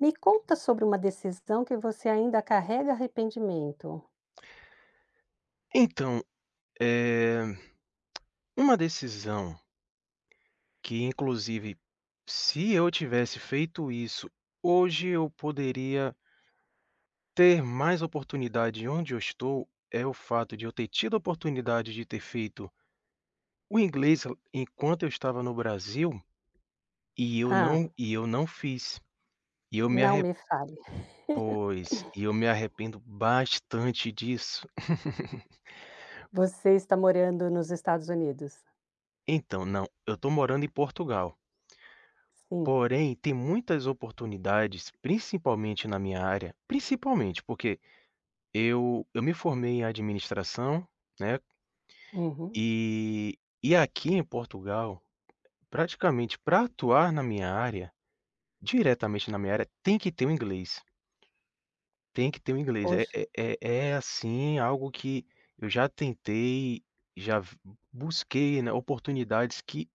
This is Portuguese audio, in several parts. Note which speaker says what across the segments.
Speaker 1: Me conta sobre uma decisão que você ainda carrega arrependimento.
Speaker 2: Então, eh, uma decisão que inclusive, se eu tivesse feito isso, hoje eu poderia ter mais oportunidade onde eu estou, é o fato de eu ter tido a oportunidade de ter feito o inglês enquanto eu estava no Brasil, e eu
Speaker 1: Ah,
Speaker 2: não e eu não fiz. E eu me
Speaker 1: não
Speaker 2: arre
Speaker 1: me fale.
Speaker 2: Pois, e eu me arrependo bastante disso.
Speaker 1: Você está morando nos Estados Unidos?
Speaker 2: Então, não, eu estou morando em Portugal.
Speaker 1: Sim.
Speaker 2: Porém, tem muitas oportunidades, principalmente na minha área, principalmente porque eu me formei em administração, né,
Speaker 1: Uhum.
Speaker 2: e aqui em Portugal, praticamente para atuar na minha área, diretamente na minha área, tem que ter o inglês, tem que ter o inglês. É
Speaker 1: Poxa,
Speaker 2: é é é assim algo que eu já tentei, já v busquei, né, oportunidades que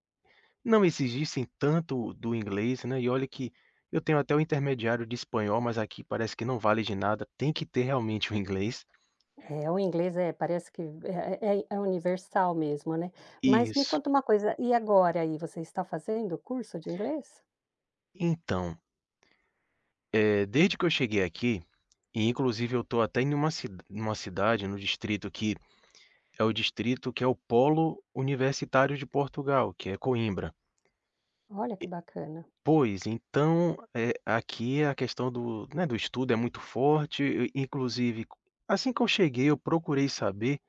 Speaker 2: não exigissem tanto do inglês, né? E olha que eu tenho até o intermediário de espanhol, mas aqui parece que não vale de nada, tem que ter realmente o inglês.
Speaker 1: é, o inglês é, parece que é, é universal mesmo, né? Mas me
Speaker 2: Isso.
Speaker 1: conta uma coisa, e agora aí, você está fazendo curso de inglês?
Speaker 2: Então, desde que eu cheguei aqui, e inclusive eu estou até em uma numa cidade, no distrito que é o distrito que é o polo universitário de Portugal, que é Coimbra.
Speaker 1: Olha que bacana.
Speaker 2: Pois, então, aqui a questão do, né, do estudo é muito forte, inclusive, assim que eu cheguei, eu procurei saber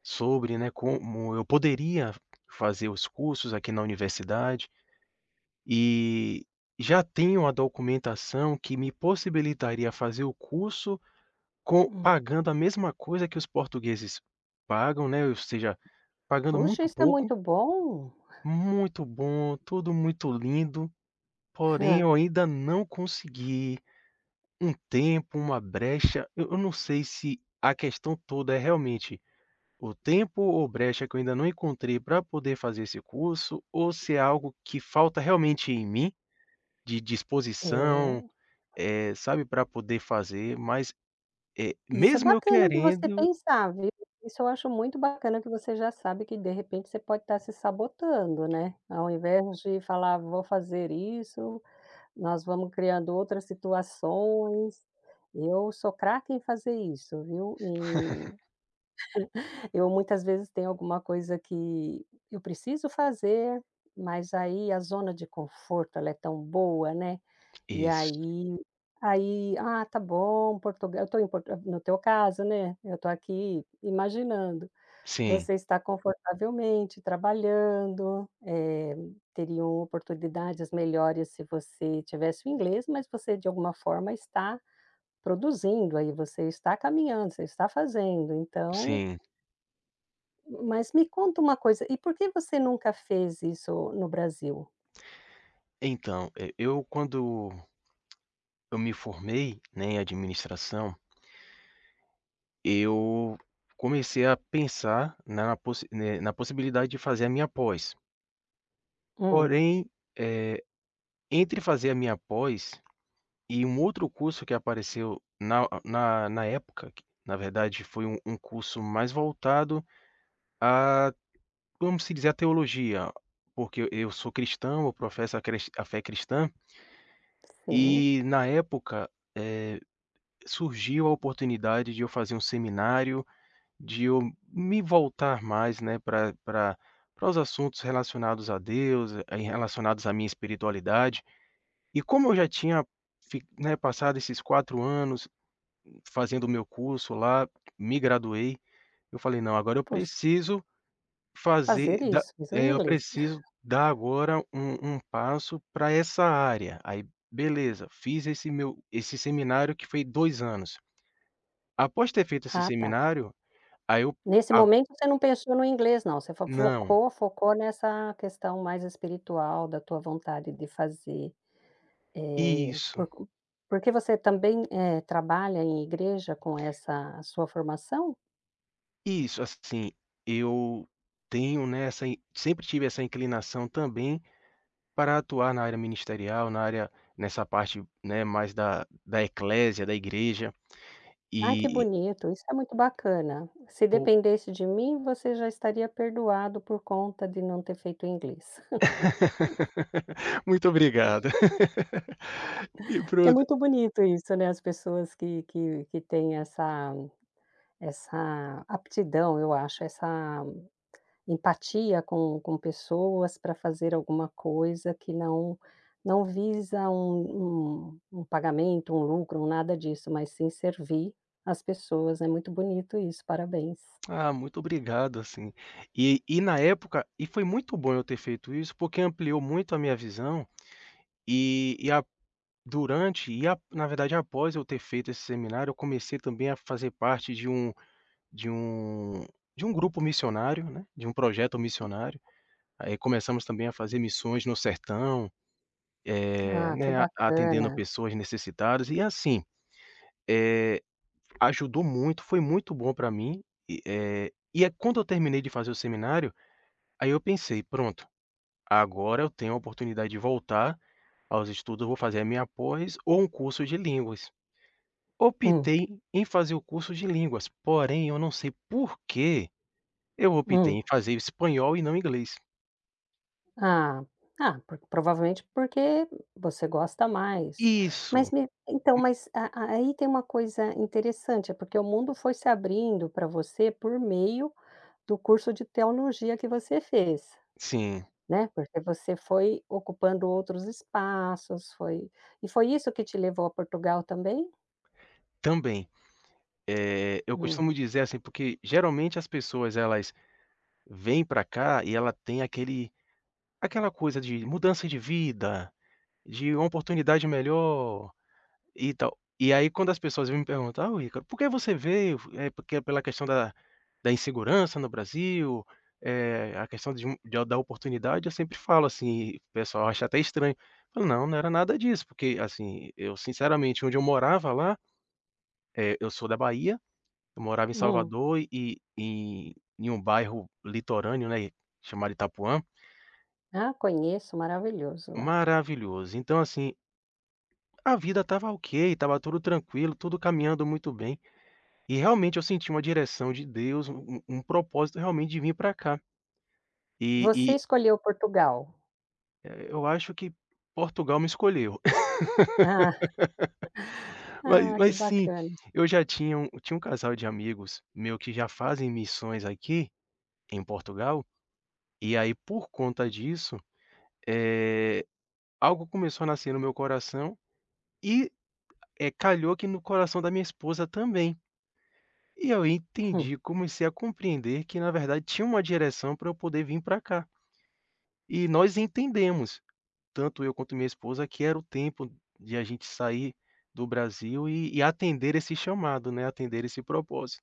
Speaker 2: sobre, né, como eu poderia fazer os cursos aqui na universidade, e já tenho a documentação que me possibilitaria fazer o curso co
Speaker 1: Hum.
Speaker 2: pagando a mesma coisa que os portugueses pagam, né, ou seja, pagando
Speaker 1: Puxa,
Speaker 2: muito
Speaker 1: isso é
Speaker 2: pouco,
Speaker 1: muito bom.
Speaker 2: muito bom, tudo muito lindo, porém eu ainda não consegui um tempo, uma brecha, eu não sei se a questão toda é realmente o tempo ou brecha que eu ainda não encontrei para poder fazer esse curso, ou se é algo que falta realmente em mim, de disposição,
Speaker 1: É.
Speaker 2: sabe, para poder fazer, mas,
Speaker 1: Isso é
Speaker 2: mesmo eu
Speaker 1: bacana de você
Speaker 2: querendo
Speaker 1: pensar, viu. Isso eu acho muito bacana que você já sabe que, de repente, você pode estar se sabotando, né. Ao invés de falar: "Vou fazer isso", nós vamos criando outras situações. Eu sou craque em fazer isso, viu, eu muitas vezes tenho alguma coisa que eu preciso fazer, mas aí a zona de conforto ela é tão boa, né, e
Speaker 2: isso.
Speaker 1: aí aí: "Ah, tá bom, Portugal", eu tô em Portu no teu caso, né, eu tô aqui imaginando,
Speaker 2: Sim,
Speaker 1: você está confortavelmente trabalhando, teriam oportunidades melhores se você tivesse o inglês, mas você de alguma forma está produzindo, aí você está caminhando, você está fazendo. Então
Speaker 2: sim.
Speaker 1: mas me conta uma coisa, e por que você nunca fez isso no Brasil?
Speaker 2: Então, eu quando eu me formei, né, em administração, eu comecei a pensar na possi né, na possibilidade de fazer a minha pós.
Speaker 1: Hum,
Speaker 2: Porém, eh, entre fazer a minha pós e um outro curso que apareceu na época, que na verdade foi um curso mais voltado a, vamos se dizer, a teologia, porque eu sou cristão, eu professo a fé cristã,
Speaker 1: sim.
Speaker 2: e na época, eh, surgiu a oportunidade de eu fazer um seminário, de eu me voltar mais, né, para para pra os assuntos relacionados a Deus, relacionados à minha espiritualidade. E como eu já tinha fi né, passado esses 4 anos fazendo o meu curso lá, me graduei, eu falei: "Não, agora eu
Speaker 1: Poxa,
Speaker 2: preciso
Speaker 1: fazer
Speaker 2: fazer da
Speaker 1: isso, mas o
Speaker 2: eu
Speaker 1: inglês.
Speaker 2: preciso dar agora um passo para essa área". Aí beleza, fiz esse seminário que foi 2 anos. Após ter feito esse
Speaker 1: Ah, tá.
Speaker 2: seminário, aí eu
Speaker 1: Nesse
Speaker 2: a
Speaker 1: momento você não pensou no inglês não, você fo
Speaker 2: não,
Speaker 1: focou focou nessa questão mais espiritual da tua vontade de fazer, eh,
Speaker 2: isso,
Speaker 1: por porque você também, trabalha em igreja com essa sua formação?
Speaker 2: isso, assim, eu tenho, né, essa in sempre tive essa inclinação também para atuar na área ministerial, na área nessa parte, né, mais da eclésia, da igreja.
Speaker 1: Ai, que
Speaker 2: E
Speaker 1: bonito, isso é muito bacana. Se
Speaker 2: po
Speaker 1: dependesse de mim, você já estaria perdoado por conta de não ter feito inglês.
Speaker 2: Muito obrigado. E para
Speaker 1: Porque é
Speaker 2: o
Speaker 1: muito bonito isso, né, as pessoas que têm essa essa aptidão, eu acho, essa empatia com pessoas para fazer alguma coisa que não visa um pagamento, um lucro, um nada disso, mas sim servir as pessoas. É muito bonito isso, parabéns.
Speaker 2: Ah, muito obrigado, assim. E na época, foi muito bom eu ter feito isso, porque ampliou muito a minha visão, e a durante e a na verdade, após eu ter feito esse seminário, eu comecei também a fazer parte de um de um grupo missionário, né, de um projeto missionário. Aí começamos também a fazer missões no sertão,
Speaker 1: Ah, que
Speaker 2: né, atendendo
Speaker 1: bacana.
Speaker 2: pessoas necessitadas e assim, ajudou muito, foi muito bom para mim e, e é quando eu terminei de fazer o seminário, aí eu pensei: "Pronto, agora eu tenho a oportunidade de voltar aos estudos, eu vou fazer a minha pós ou um curso de línguas".
Speaker 1: Hum,
Speaker 2: Optei em fazer o curso de línguas, porém eu não sei por que eu optei
Speaker 1: hum.
Speaker 2: em fazer espanhol e não inglês.
Speaker 1: Ah, ah, por Provavelmente porque você gosta mais.
Speaker 2: Isso,
Speaker 1: Mas a aí tem uma coisa interessante, é porque o mundo foi se abrindo para você por meio do curso de teologia que você fez,
Speaker 2: sim,
Speaker 1: né, porque você foi ocupando outros espaços, foi e foi isso que te levou a Portugal também?
Speaker 2: também. Eu
Speaker 1: Hum,
Speaker 2: costumo dizer, assim, porque geralmente as pessoas elas vêm para cá e ela tem aquele aquela coisa de mudança de vida, de uma oportunidade melhor e tal. E aí quando as pessoas vêm me perguntar: "Ô Ícaro, por que você veio? É porque é pela questão da insegurança no Brasil, a questão de um de da oportunidade", eu sempre falo assim, o pessoal acha até estranho. Eu falo: "Não, não era nada disso", porque, assim, eu sinceramente onde eu morava lá. Eu sou da Bahia, eu morava em
Speaker 1: hum.
Speaker 2: Salvador e em um bairro litorâneo, né, chamado Itapuã,
Speaker 1: Ah, conheço, maravilhoso lá.
Speaker 2: maravilhoso. Então, assim, a vida estava ok, estava tudo tranquilo, tudo caminhando muito bem, e realmente eu senti uma direção de Deus, um propósito realmente de vir para cá.
Speaker 1: E
Speaker 2: E
Speaker 1: você
Speaker 2: e,
Speaker 1: escolheu Portugal?
Speaker 2: eh, eu acho que Portugal me escolheu.
Speaker 1: Ah,
Speaker 2: Mas,
Speaker 1: ah, que
Speaker 2: sim,
Speaker 1: bacana.
Speaker 2: eu já tinha um casal de amigos meu que já fazem missões aqui em Portugal, e aí por conta disso, eh algo começou a nascer no meu coração e, calhou que no coração da minha esposa também. E eu
Speaker 1: Hum.
Speaker 2: entendi, comecei a compreender que na verdade tinha uma direção para eu poder vir para cá. E nós entendemos, tanto eu quanto minha esposa, que era o tempo de a gente sair do Brasil e atender esse chamado, né, atender esse propósito.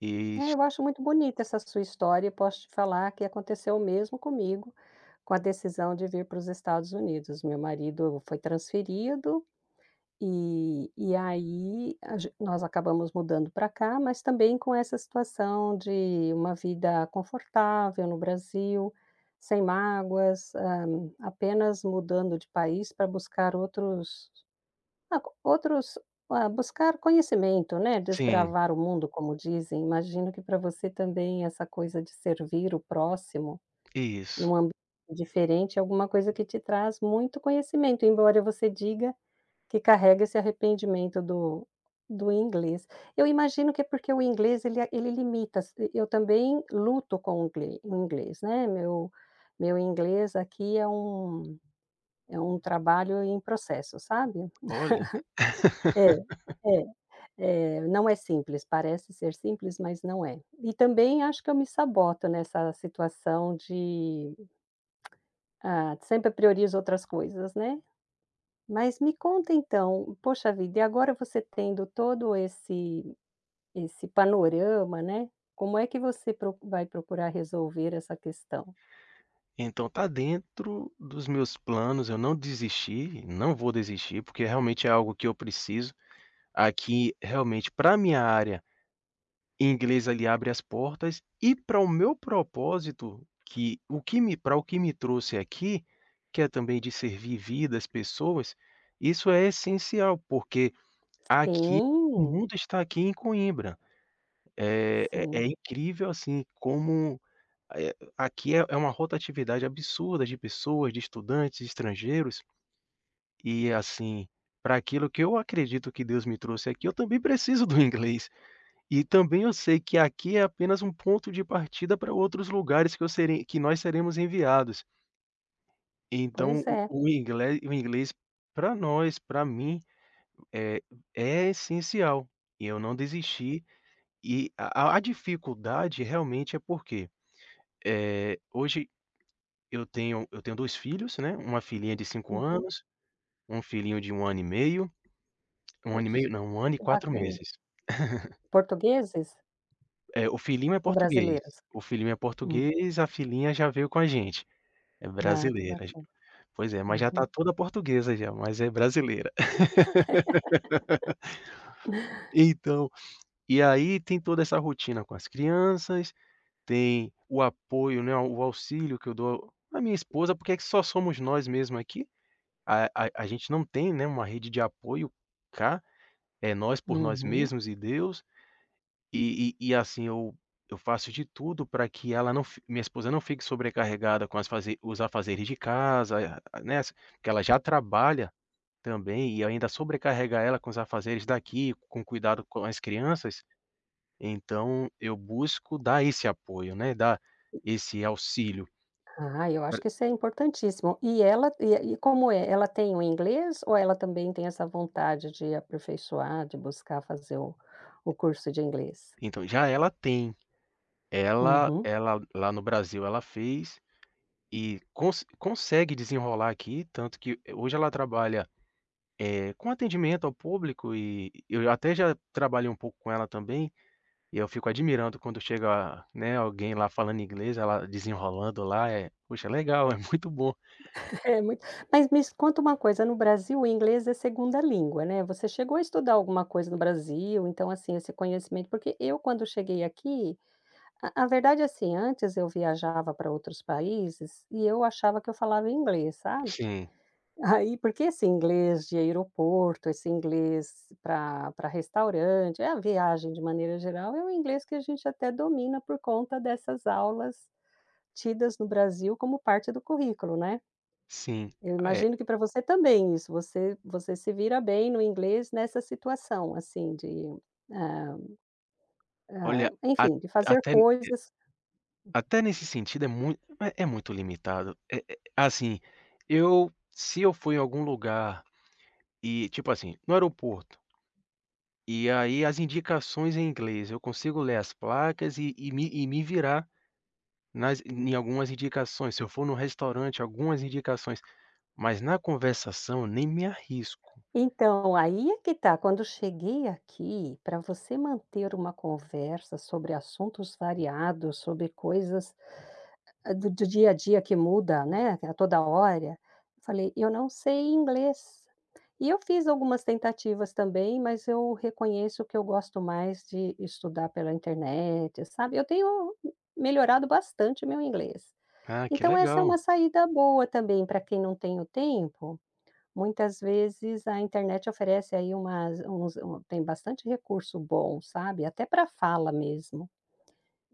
Speaker 2: E
Speaker 1: É, eu acho muito bonita essa sua história e posso te falar que aconteceu o mesmo comigo, com a decisão de vir para os Estados Unidos. Meu marido foi transferido e aí a gen nós acabamos mudando para cá, mas também com essa situação de uma vida confortável no Brasil, sem mágoas, apenas mudando de país para buscar outros ah, co outros buscar conhecimento, né,
Speaker 2: sim,
Speaker 1: desbravar o mundo, como dizem. Imagino que para você também essa coisa de servir o próximo
Speaker 2: isso.
Speaker 1: num ambiente diferente é alguma coisa que te traz muito conhecimento, embora você diga que carrega esse arrependimento do do inglês. Eu imagino que é porque o inglês ele limita, eu também luto com o inglês, né, meu meu inglês aqui é é um trabalho em processo, sabe.
Speaker 2: Olha,
Speaker 1: É, é. É, não é simples, parece ser simples, mas não é. E também acho que eu me saboto nessa situação de, ah, sempre priorizo outras coisas, né. Mas me conta então, poxa vida, e agora você tendo todo esse esse panorama, né, como é que você pro vai procurar resolver essa questão?
Speaker 2: então tá dentro dos meus planos, eu não desisti, não vou desistir, porque realmente é algo que eu preciso. Aqui, realmente, para minha área, inglês ali abre as portas e para o meu propósito, que o que me para o que me trouxe aqui, que é também de servir vidas, pessoas, isso é essencial, porque aqui o
Speaker 1: Sim,
Speaker 2: mundo está aqui em Coimbra. É é
Speaker 1: sim,
Speaker 2: é incrível, assim, como, aqui é uma rotatividade absurda de pessoas, de estudantes, de estrangeiros, e assim, para aquilo que eu acredito que Deus me trouxe aqui, eu também preciso do inglês. E também eu sei que aqui é apenas um ponto de partida para outros lugares que eu serei que nós seremos enviados. Então
Speaker 1: pois é.
Speaker 2: o inglês para nós, para mim, é é essencial. E eu não desisti. E a dificuldade realmente é porque, hoje eu tenho 2 filhos, né, uma filhinha de cinco
Speaker 1: Uhum.
Speaker 2: anos, um filhinho de 1 ano e meio, um ano e
Speaker 1: Poxa,
Speaker 2: meio não, um ano e
Speaker 1: que
Speaker 2: quatro
Speaker 1: bacana.
Speaker 2: meses.
Speaker 1: Portugueses
Speaker 2: É, o filhinho é
Speaker 1: ou
Speaker 2: português,
Speaker 1: brasileiros?
Speaker 2: o filhinho é
Speaker 1: Hum.
Speaker 2: português, a filhinha já veio com a gente. É
Speaker 1: Ah, que
Speaker 2: brasileira.
Speaker 1: bacana.
Speaker 2: Pois é, mas já tá
Speaker 1: Uhum.
Speaker 2: toda portuguesa já, mas é brasileira. Então, e aí tem toda essa rotina com as crianças, tem o apoio, né, o auxílio que eu dou à minha esposa, porque é que só somos nós mesmo aqui, a gente não tem, né, uma rede de apoio cá, é nós por nós
Speaker 1: Uhum.
Speaker 2: mesmos e Deus, e assim eu faço de tudo para que ela não fi minha esposa não fique sobrecarregada com as faze os afazeres de casa, né, porque ela já trabalha também, e ainda sobrecarregar ela com os afazeres daqui, com cuidado com as crianças, então eu busco dar esse apoio, né, dar esse auxílio.
Speaker 1: Ah, eu
Speaker 2: Pra
Speaker 1: acho que isso é importantíssimo. E ela como é? Ela tem o inglês ou ela também tem essa vontade de aperfeiçoar, de buscar fazer o curso de inglês?
Speaker 2: Então já ela tem, ela
Speaker 1: Uhum.
Speaker 2: ela lá no Brasil ela fez e consegue desenrolar aqui, tanto que hoje ela trabalha, com atendimento ao público e eu até já trabalhei um pouco com ela também, e eu fico admirando quando chega, né, alguém lá falando inglês, ela desenrolando lá, poxa legal, é muito bom.
Speaker 1: É muito, mas me conta uma coisa, no Brasil o inglês é segunda língua, né, você chegou a estudar alguma coisa no Brasil, então, assim, esse conhecimento porque eu quando cheguei aqui, a verdade é assim, antes eu viajava para outros países e eu achava que eu falava inglês, sabe.
Speaker 2: Sim,
Speaker 1: Aí, porque esse inglês de aeroporto, esse inglês para restaurante, é a viagem de maneira geral, é um inglês que a gente até domina por conta dessas aulas tidas no Brasil como parte do currículo, né.
Speaker 2: sim.
Speaker 1: Eu
Speaker 2: Ah, é.
Speaker 1: imagino que para você também isso, você se vira bem no inglês nessa situação, assim, de, hã,
Speaker 2: Olha, a
Speaker 1: enfim, de fazer
Speaker 2: até
Speaker 1: coisas.
Speaker 2: até nesse sentido é muito é é muito limitado. É assim, eu se eu for em algum lugar e tipo assim, no aeroporto, e aí as indicações em inglês, eu consigo ler as placas e me virar nas em algumas indicações. Se eu for no restaurante, algumas indicações, mas na conversação nem me arrisco.
Speaker 1: Então, aí é que tá, quando eu cheguei aqui, para você manter uma conversa sobre assuntos variados, sobre coisas, ah, do do dia a dia que muda, né, a toda hora, falei: "Eu não sei inglês". E eu fiz algumas tentativas também, mas eu reconheço que eu gosto mais de estudar pela internet, sabe. Eu tenho melhorado bastante o meu inglês.
Speaker 2: Ah, que
Speaker 1: Então essa é
Speaker 2: legal.
Speaker 1: uma saída boa também para quem não tem o tempo, muitas vezes a internet oferece aí umas uns um tem bastante recurso bom, sabe, até para fala mesmo.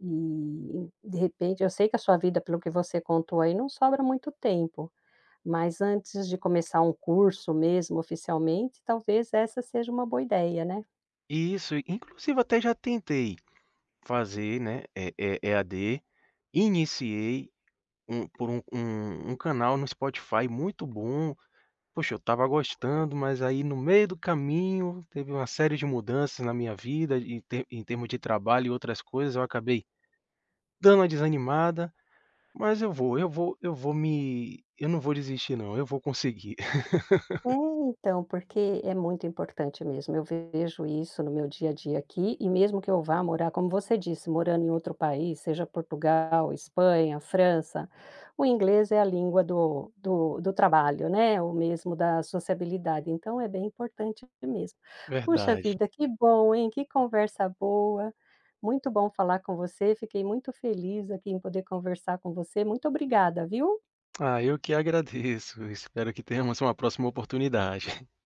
Speaker 1: E, de repente, eu sei que a sua vida, pelo que você contou aí, não sobra muito tempo, mas antes de começar um curso mesmo, oficialmente, talvez essa seja uma boa ideia, né?
Speaker 2: Isso, inclusive até já tentei fazer, né, é eh a d iniciei um por um um um canal no Spotify muito bom. Poxa, eu tava gostando, mas aí no meio do caminho teve uma série de mudanças na minha vida em ter em termos de trabalho e outras coisas, eu acabei dando uma desanimada, mas eu vou eu vou eu vou me eu não vou desistir não, eu vou conseguir.
Speaker 1: É, então, porque é muito importante mesmo. Eu vejo isso no meu dia a dia aqui, e mesmo que eu vá morar, como você disse, morando em outro país, seja Portugal, Espanha, França, o inglês é a língua do trabalho, né, ou mesmo da sociabilidade, então é bem importante mesmo. Puxa
Speaker 2: Verdade.
Speaker 1: vida, que bom, hein, que conversa boa. Muito bom falar com você, fiquei muito feliz aqui em poder conversar com você. Muito obrigada, viu.
Speaker 2: Ah, eu que agradeço, espero que tenhamos uma próxima oportunidade.